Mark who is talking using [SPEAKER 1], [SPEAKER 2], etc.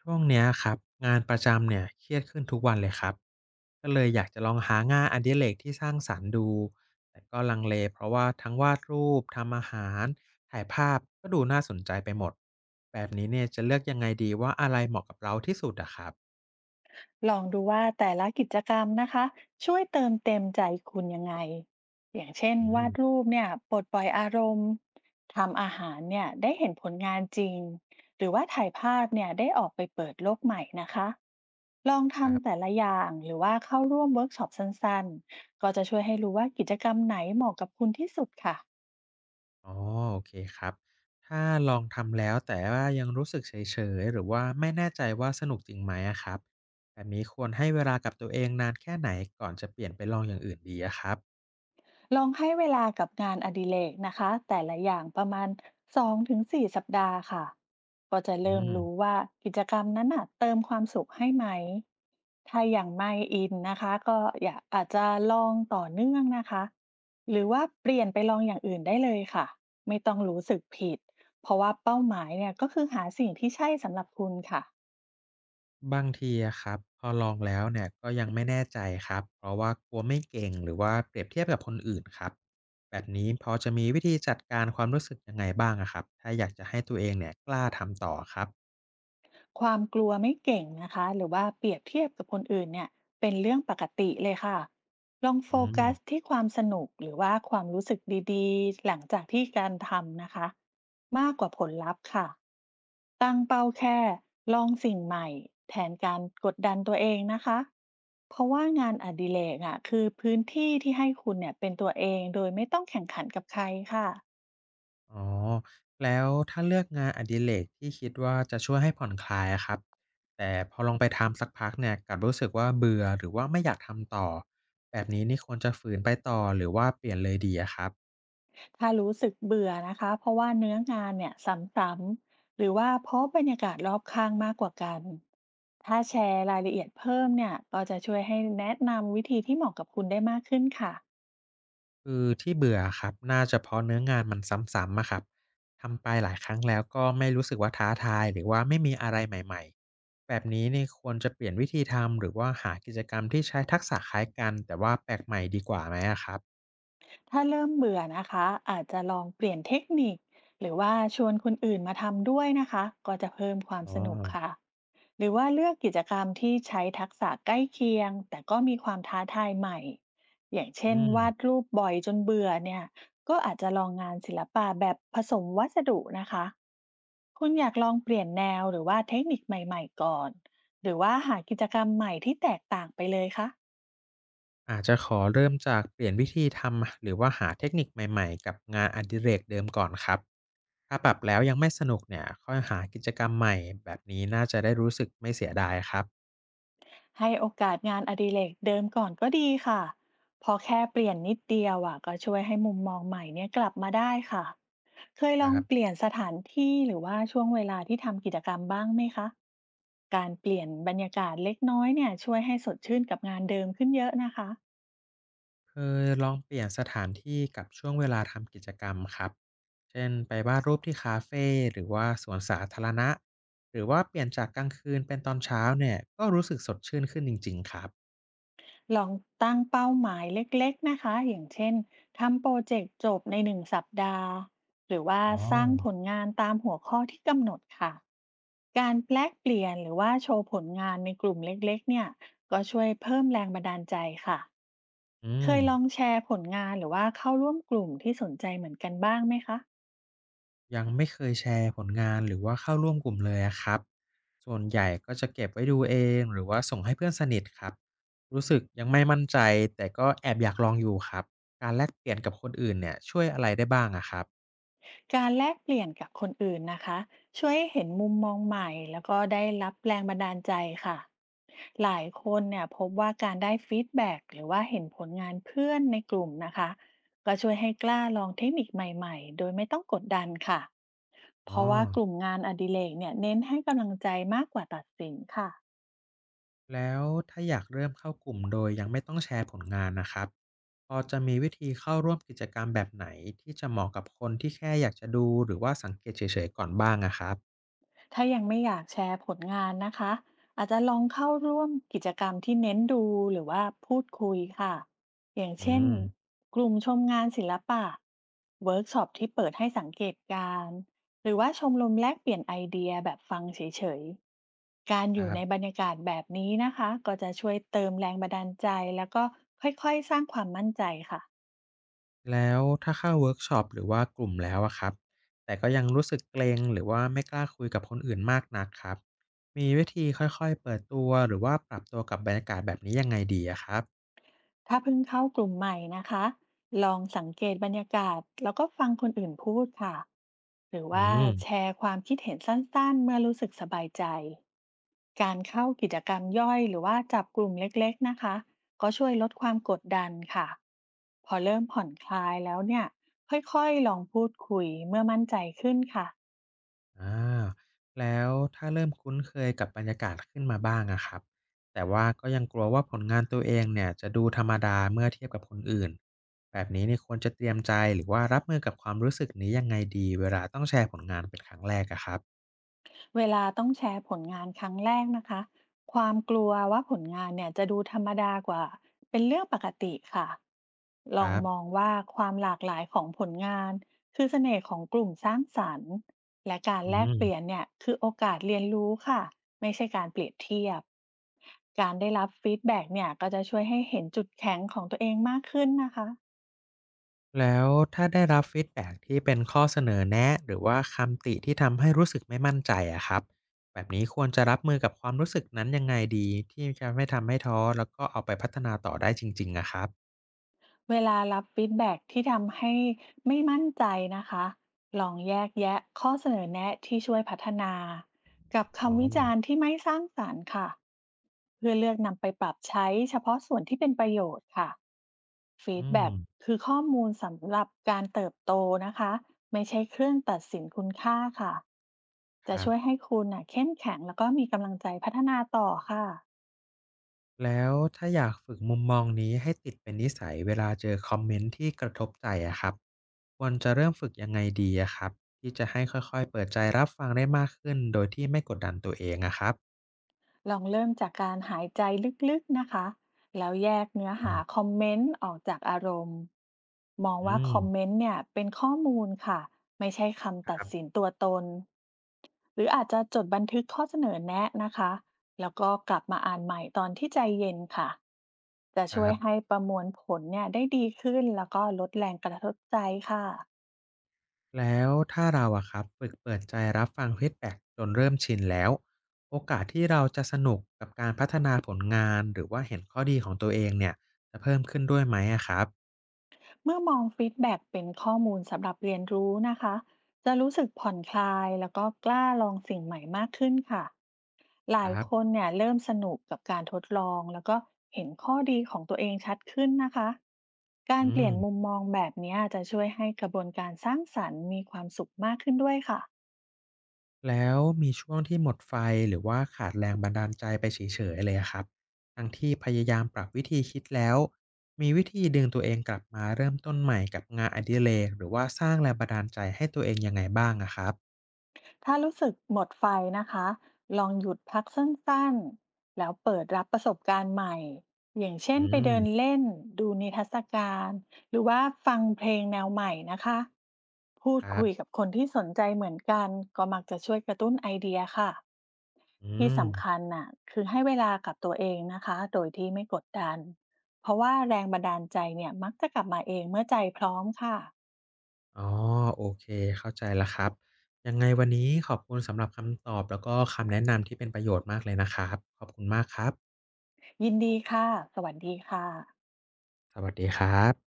[SPEAKER 1] ช่วงเนี้ยครับงานประจำเนี่ยเครียดขึ้นทุกวันเลยครับก็เลยอยากจะลองหางานอดิเรกที่สร้างสรรค์ดูแต่ก็ลังเลเพราะว่าทั้งวาดรูปทำอาหารถ่ายภาพก็ดูน่าสนใจไปหมดแบบนี้เนี่ยจะเลือกยังไงดีว่าอะไรเหมาะกับเราที่สุดอะครับ
[SPEAKER 2] ลองดูว่าแต่ละกิจกรรมนะคะช่วยเติมเต็มใจคุณยังไงอย่างเช่น
[SPEAKER 1] อื
[SPEAKER 2] วาด
[SPEAKER 1] ม
[SPEAKER 2] รูปเนี่ยปลดปล่อยอารมณ์ทำอาหารเนี่ยได้เห็นผลงานจริงหรือว่าถ่ายภาพเนี่ยได้ออกไปเปิดโลกใหม่นะคะลอง
[SPEAKER 1] ครั
[SPEAKER 2] ทำ
[SPEAKER 1] บ
[SPEAKER 2] แต่ละอย่างหรือว่าเข้าร่วมเวิร์กช็อปสั้นๆก็จะกรรมไหนเหมาะกับคุณที่สุดค่ะ
[SPEAKER 1] อ๋อโอเคครับถ้าลองทำแล้วแต่ว่ายังรู้สึกเฉยๆหรือว่าไม่แน่ใจว่าสนุกจริงไหมอะครับแบบนี้ควรให้เวลากับตัวเองนานแค่ไหนก่อนจะเปลี่ยนไปลองอย่างอื่นดีอะครับ
[SPEAKER 2] ลองให้เวลากับงานอดิเรกนะคะแต่ละอย่างประมาณ2-4สสัปดาห์ค่ะก็จะ
[SPEAKER 1] อื
[SPEAKER 2] เริ่ม
[SPEAKER 1] ม
[SPEAKER 2] รู้ว่ากิจกรรมนั้นน่ะเติมความสุขให้ไหมถ้าอย่างไม่อินนะคะก็อยากอาจจะลองต่อเนื่องนะคะหรือว่าเปลี่ยนไปลองอย่างอื่นได้เลยค่ะไม่ต้องรู้สึกผิดเพราะว่าเป้าหมายเนี่ยก็คือหาสิ่งที่ใช่สำหรับคุณค่ะ
[SPEAKER 1] บางทีอะครับพอลองแล้วเนี่ยก็ยังไม่แน่ใจครับเพราะว่ากลัวไม่เก่งหรือว่าเปรียบเทียบกับคนอื่นครับแบบนี้พอจะมีวิธีจัดการความรู้สึกยังไงบ้างอะครับถ้าอยากจะให้ตัวเองเนี่ยกล้าทำต่อครับ
[SPEAKER 2] ความกลัวไม่เก่งนะคะหรือว่าเปรียบเทียบกับคนอื่นเนี่ยเป็นเรื่องปกติเลยค่ะลองโฟ
[SPEAKER 1] อืม
[SPEAKER 2] กัสที่ความสนุกหรือว่าความรู้สึกดีๆหลังจากที่การทำนะคะมากกว่าผลลัพธ์ค่ะตั้งเป้าแค่ลองสิ่งใหม่แทนการกดดันตัวเองนะคะเพราะว่างานอดิเรกอ่ะคือพื้นที่ที่ให้คุณเนี่ยเป็นตัวเองโดยไม่ต้องแข่งขันกับใครค่ะ
[SPEAKER 1] อ๋อแล้วถ้าเลือกงานอดิเรกที่คิดว่าจะช่วยให้ผ่อนคลายอะครับแต่พอลองไปทำสักพักเนี่ยกลับรู้สึกว่าเบื่อหรือว่าไม่อยากทำต่อแบบนี้นี่ควรจะฝืนไปต่อหรือว่าเปลี่ยนเลยดีอะครับ
[SPEAKER 2] ถ้ารู้สึกเบื่อนะคะเพราะว่าเนื้องานเนี่ยซ้ำๆหรือว่าเพราะบรรยากาศรอบข้างมากกว่ากันถ้าแชร์รายละเอียดเพิ่มเนี่ยก็จะช่วยให้แนะนำวิธีที่เหมาะกับคุณได้มากขึ้นค่ะ
[SPEAKER 1] คือที่เบื่ออะครับน่าจะเพราะเนื้องานมันซ้ำๆอะครับทำไปหลายครั้งแล้วก็ไม่รู้สึกว่าท้าทายหรือว่าไม่มีอะไรใหม่ๆแบบนี้นี่ควรจะเปลี่ยนวิธีทำหรือว่าหากิจกรรมที่ใช้ทักษะคล้ายกันแต่ว่าแปลกใหม่ดีกว่าไหมอะครับ
[SPEAKER 2] ถ้าเริ่มเบื่อนะคะอาจจะลองเปลี่ยนเทคนิคหรือว่าชวนคนอื่นมาทำด้วยนะคะก็จะเพิ่มความ
[SPEAKER 1] อ๋อ
[SPEAKER 2] สนุกค่ะหรือว่าเลือกกิจกรรมที่ใช้ทักษะใกล้เคียงแต่ก็มีความท้าทายใหม่อย่าง
[SPEAKER 1] อื
[SPEAKER 2] เช่น
[SPEAKER 1] ม
[SPEAKER 2] วาดรูปบ่อยจนเบื่อเนี่ยก็อาจจะลองงานศิลปะแบบผสมวัสดุนะคะคุณอยากลองเปลี่ยนแนวหรือว่าเทคนิคใหม่ๆก่อนหรือว่าหากิจกรรมใหม่ที่แตกต่างไปเลยคะ
[SPEAKER 1] อาจจะขอเริ่มจากเปลี่ยนวิธีทำหรือว่าหาเทคนิคใหม่ๆกับงานอดิเรกเดิมก่อนครับถ้าปรับแล้วยังไม่สนุกเนี่ยค่อยหากิจกรรมใหม่แบบนี้น่าจะได้รู้สึกไม่เสียดายครับ
[SPEAKER 2] ให้โอกาสงานอดิเรกเดิมก่อนก็ดีค่ะพอแค่เปลี่ยนนิดเดียวอ่ะก็ช่วยให้มุมมองใหม่เนี่ยกลับมาได้ค่ะเคยลอง
[SPEAKER 1] ครั
[SPEAKER 2] เป
[SPEAKER 1] บ
[SPEAKER 2] ลี่ยนสถานที่หรือว่าช่วงเวลาที่ทำกิจกรรมบ้างไหมคะการเปลี่ยนบรรยากาศเล็กน้อยเนี่ยช่วยให้สดชื่นกับงานเดิมขึ้นเยอะนะคะ
[SPEAKER 1] เคยลองเปลี่ยนสถานที่กับช่วงเวลาทำกิจกรรมครับเช่นไปวาดรูปที่คาเฟหรือว่าสวนสาธารณะหรือว่าเปลี่ยนจากกลางคืนเป็นตอนเช้าเนี่ยก็รู้สึกสดชื่นขึ้นจริงๆครับ
[SPEAKER 2] ลองตั้งเป้าหมายเล็กๆ นะคะ อย่างเช่นทำโปรเจกต์จบใน1 สัปดาห์ หรือว่า
[SPEAKER 1] อ๋อ
[SPEAKER 2] สร้างผลงานตามหัวข้อที่กำหนดค่ะ การแลกเปลี่ยนหรือว่าโชว์ผลงานในกลุ่มเล็กๆเนี่ยก็ช่วยเพิ่มแรงบันดาลใจค่ะ
[SPEAKER 1] อื
[SPEAKER 2] เค
[SPEAKER 1] ม
[SPEAKER 2] ยลองแชร์ผลงานหรือว่าเข้าร่วมกลุ่มที่สนใจเหมือนกันบ้างไหมคะ
[SPEAKER 1] ยังไม่เคยแชร์ผลงานหรือว่าเข้าร่วมกลุ่มเลยอะครับส่วนใหญ่ก็จะเก็บไว้ดูเองหรือว่าส่งให้เพื่อนสนิทครับ รู้สึกยังไม่มั่นใจแต่ก็แอบอยากลองอยู่ครับการแลกเปลี่ยนกับคนอื่นเนี่ยช่วยอะไรได้บ้างอะครับ
[SPEAKER 2] การแลกเปลี่ยนกับคนอื่นนะคะช่วยให้เห็นมุมมองใหม่แล้วก็ได้รับแรงบันดาลใจค่ะหลายคนเนี่ยพบว่าการได้ฟีดแบ็กหรือว่าเห็นผลงานเพื่อนในกลุ่มนะคะก็ช่วยให้กล้าลองเทคนิคใหม่ๆโดยไม่ต้องกดดันค่ะเพ
[SPEAKER 1] อ๋อ
[SPEAKER 2] ราะว่ากลุ่มงานอดิเรกเนี่ยเน้นให้กำลังใจมากกว่าตัดสินค่ะ
[SPEAKER 1] แล้วถ้าอยากเริ่มเข้ากลุ่มโดยยังไม่ต้องแชร์ผลงานนะครับพอจะมีวิธีเข้าร่วมกิจกรรมแบบไหนที่จะเหมาะกับคนที่แค่อยากจะดูหรือว่าสังเกตเฉยๆก่อนบ้างอะครับ
[SPEAKER 2] ถ้ายังไม่อยากแชร์ผลงานนะคะอาจจะลองเข้าร่วมกิจกรรมที่เน้นดูหรือว่าพูดคุยค่ะอย่าง
[SPEAKER 1] อื
[SPEAKER 2] เช่น
[SPEAKER 1] ม
[SPEAKER 2] กลุ่มชมงานศิลปะเวิร์กช็อปที่เปิดให้สังเกตการณ์หรือว่าชมรมแลกเปลี่ยนไอเดียแบบฟังเฉยๆ การอ
[SPEAKER 1] ค
[SPEAKER 2] ยู่
[SPEAKER 1] รั
[SPEAKER 2] ในบร
[SPEAKER 1] บ
[SPEAKER 2] รยากาศแบบนี้นะคะก็จะช่วยเติมแรงบันดาลใจแล้วก็ค่อยๆ สร้างความมั่นใจค่ะ
[SPEAKER 1] แล้วถ้าเข้าเวิร์กช็อปหรือว่ากลุ่มแล้วอะครับแต่ก็ยังรู้สึกเกรงหรือว่าไม่กล้าคุยกับคนอื่นมากนักครับมีวิธีค่อยๆเปิดตัวหรือว่าปรับตัวกับบรรยากาศแบบนี้ยังไงดีอะครับ
[SPEAKER 2] ถ้าเพิ่งเข้ากลุ่มใหม่นะคะลองสังเกตบรรยากาศแล้วก็ฟังคนอื่นพูดค่ะหรือ
[SPEAKER 1] อื
[SPEAKER 2] ว่า
[SPEAKER 1] ม
[SPEAKER 2] แชร์ความคิดเห็นสั้นๆเมื่อรู้สึกสบายใจ การเข้ากิจกรรมย่อยหรือว่าจับกลุ่มเล็กๆนะคะก็ช่วยลดความกดดันค่ะพอเริ่มผ่อนคลายแล้วเนี่ยค่อยๆลองพูดคุยเมื่อมั่นใจขึ้นค่ะ
[SPEAKER 1] อาแล้วถ้าเริ่มคุ้นเคยกับบรรยากาศขึ้นมาบ้างอะครับแต่ว่าก็ยังกลัวว่าผลงานตัวเองเนี่ยจะดูธรรมดาเมื่อเทียบกับคนอื่นแบบนี้นี่ควรจะเตรียมใจหรือว่ารับมือกับความรู้สึกนี้ยังไงดีเวลาต้องแชร์ผลงานเป็นครั้งแรกอะครับ
[SPEAKER 2] เวลาต้องแชร์ผลงานครั้งแรกนะคะความกลัวว่าผลงานเนี่ยจะดูธรรมดากว่าเป็นเรื่องปกติค่ะล
[SPEAKER 1] ค
[SPEAKER 2] อง
[SPEAKER 1] รับ
[SPEAKER 2] มองว่าความหลากหลายของผลงานคือเสน่ห์ของกลุ่มสร้างสรรค์และการ
[SPEAKER 1] อื
[SPEAKER 2] แลกเปลี่ยน
[SPEAKER 1] ม
[SPEAKER 2] เนี่ยคือโอกาสเรียนรู้ค่ะไม่ใช่การเปรียบเทียบการได้รับฟีดแบ็กเนี่ยก็จะช่วยให้เห็นจุดแข็งของตัวเองมากขึ้นนะคะ
[SPEAKER 1] แล้วถ้าได้รับฟีดแบ็กที่เป็นข้อเสนอแนะหรือว่าคำติที่ทำให้รู้สึกไม่มั่นใจอะครับแบบนี้ควรจะรับมือกับความรู้สึกนั้นยังไงดีที่จะไม่ทำให้ท้อแล้วก็เอาไปพัฒนาต่อได้จริงๆอะครับ
[SPEAKER 2] เวลารับฟีดแบ็กที่ทำให้ไม่มั่นใจนะคะลองแยกแยะข้อเสนอแนะที่ช่วยพัฒนากับ
[SPEAKER 1] อ๋อ
[SPEAKER 2] คำวิจารณ์ที่ไม่สร้างสรรค์ค่ะเพื่อเลือกนำไปปรับใช้เฉพาะส่วนที่เป็นประโยชน์ค่ะฟีด
[SPEAKER 1] อืม
[SPEAKER 2] แบ็กคือข้อมูลสำหรับการเติบโตนะคะไม่ใช่เครื่องตัดสินคุณค่าค่ะ
[SPEAKER 1] ค
[SPEAKER 2] จะ
[SPEAKER 1] รับ
[SPEAKER 2] ช่วยให้คุณน่ะเข้มแข็งแล้วก็มีกำลังใจพัฒนาต่อค่ะ
[SPEAKER 1] แล้วถ้าอยากฝึกมุมมองนี้ให้ติดเป็นนิสัยเวลาเจอคอมเมนต์ที่กระทบใจอะครับควรจะเริ่มฝึกยังไงดีอะครับที่จะให้ค่อยๆเปิดใจรับฟังได้มากขึ้นโดยที่ไม่กดดันตัวเองอะครับ
[SPEAKER 2] ลองเริ่มจากการหายใจลึกๆนะคะ แล้วแยกเนื้อหา
[SPEAKER 1] อา
[SPEAKER 2] คอมเมนต์ออกจากอารมณ์ มอง
[SPEAKER 1] อื
[SPEAKER 2] ว่า
[SPEAKER 1] ม
[SPEAKER 2] คอมเมนต์เนี่ยเป็นข้อมูลค่ะ ไม่ใช่คำ
[SPEAKER 1] ค
[SPEAKER 2] ตัด
[SPEAKER 1] รั
[SPEAKER 2] สิ
[SPEAKER 1] บ
[SPEAKER 2] นตัวตน หรืออาจจะจดบันทึกข้อเสนอแนะนะคะ แล้วก็กลับมาอ่านใหม่ตอนที่ใจเย็นค่ะ จะ
[SPEAKER 1] ค
[SPEAKER 2] ช่วย
[SPEAKER 1] รั
[SPEAKER 2] ให้
[SPEAKER 1] บ
[SPEAKER 2] ประมวลผลเนี่ยได้ดีขึ้น แล้วก็ลดแรงกระทบใจค่ะ
[SPEAKER 1] แล้วถ้าเราอะครับฝึกเปิดใจรับฟังฟีดแบ็กจนเริ่มชินแล้วโอกาสที่เราจะสนุกกับการพัฒนาผลงานหรือว่าเห็นข้อดีของตัวเองเนี่ยจะเพิ่มขึ้นด้วยไหมอะครับ
[SPEAKER 2] เมื่อมองฟีดแบ็กเป็นข้อมูลสำหรับเรียนรู้นะคะจะรู้สึกผ่อนคลายแล้วก็กล้าลองสิ่งใหม่มากขึ้นค่ะห
[SPEAKER 1] ค
[SPEAKER 2] ลาย
[SPEAKER 1] รั
[SPEAKER 2] คน
[SPEAKER 1] บ
[SPEAKER 2] เนี่ยเริ่มสนุกกับการทดลองแล้วก็เห็นข้อดีของตัวเองชัดขึ้นนะคะการ
[SPEAKER 1] อื
[SPEAKER 2] เปลี่
[SPEAKER 1] ม
[SPEAKER 2] ยนมุมมองแบบเนี้ยจะช่วยให้กระบวนการสร้างสรรค์มีความสุขมากขึ้นด้วยค่ะ
[SPEAKER 1] แล้วมีช่วงที่หมดไฟหรือว่าขาดแรงบันดาลใจไปเฉยๆเลยอะครับทั้งที่พยายามปรับวิธีคิดแล้ว มีวิธีดึงตัวเองกลับมาเริ่มต้นใหม่กับงานอดิเรกหรือว่าสร้างแรงบันดาลใจให้ตัวเองยังไงบ้างอะครับ
[SPEAKER 2] ถ้ารู้สึกหมดไฟนะคะ ลองหยุดพักสั้นๆ แล้วเปิดรับประสบการณ์ใหม่ อย่างเช่
[SPEAKER 1] อื
[SPEAKER 2] นไปเดิน
[SPEAKER 1] ม
[SPEAKER 2] เล่น ดูนิทรรศการหรือว่าฟังเพลงแนวใหม่นะคะ พู
[SPEAKER 1] ค
[SPEAKER 2] ด
[SPEAKER 1] รั
[SPEAKER 2] คุย
[SPEAKER 1] บ
[SPEAKER 2] กับคนที่สนใจเหมือนกัน ก็มักจะช่วยกระตุ้นไอเดียค่ะ
[SPEAKER 1] อื
[SPEAKER 2] ที่
[SPEAKER 1] ม
[SPEAKER 2] สำคัญน่ะคือให้เวลากับตัวเองนะคะ โดยที่ไม่กดดัน เพราะว่าแรงบันดาลใจเนี่ยมักจะกลับมาเองเมื่อใจพร้อมค่ะ
[SPEAKER 1] อ๋อโอเคเข้าใจแล้วครับ ยังไงวันนี้ขอบคุณสำหรับคำตอบแล้วก็คำแนะนำที่เป็นประโยชน์มากเลยนะครับขอบคุณมากครับ
[SPEAKER 2] ยินดีค่ะสวัสดีค่ะ
[SPEAKER 1] สวัสดีครับ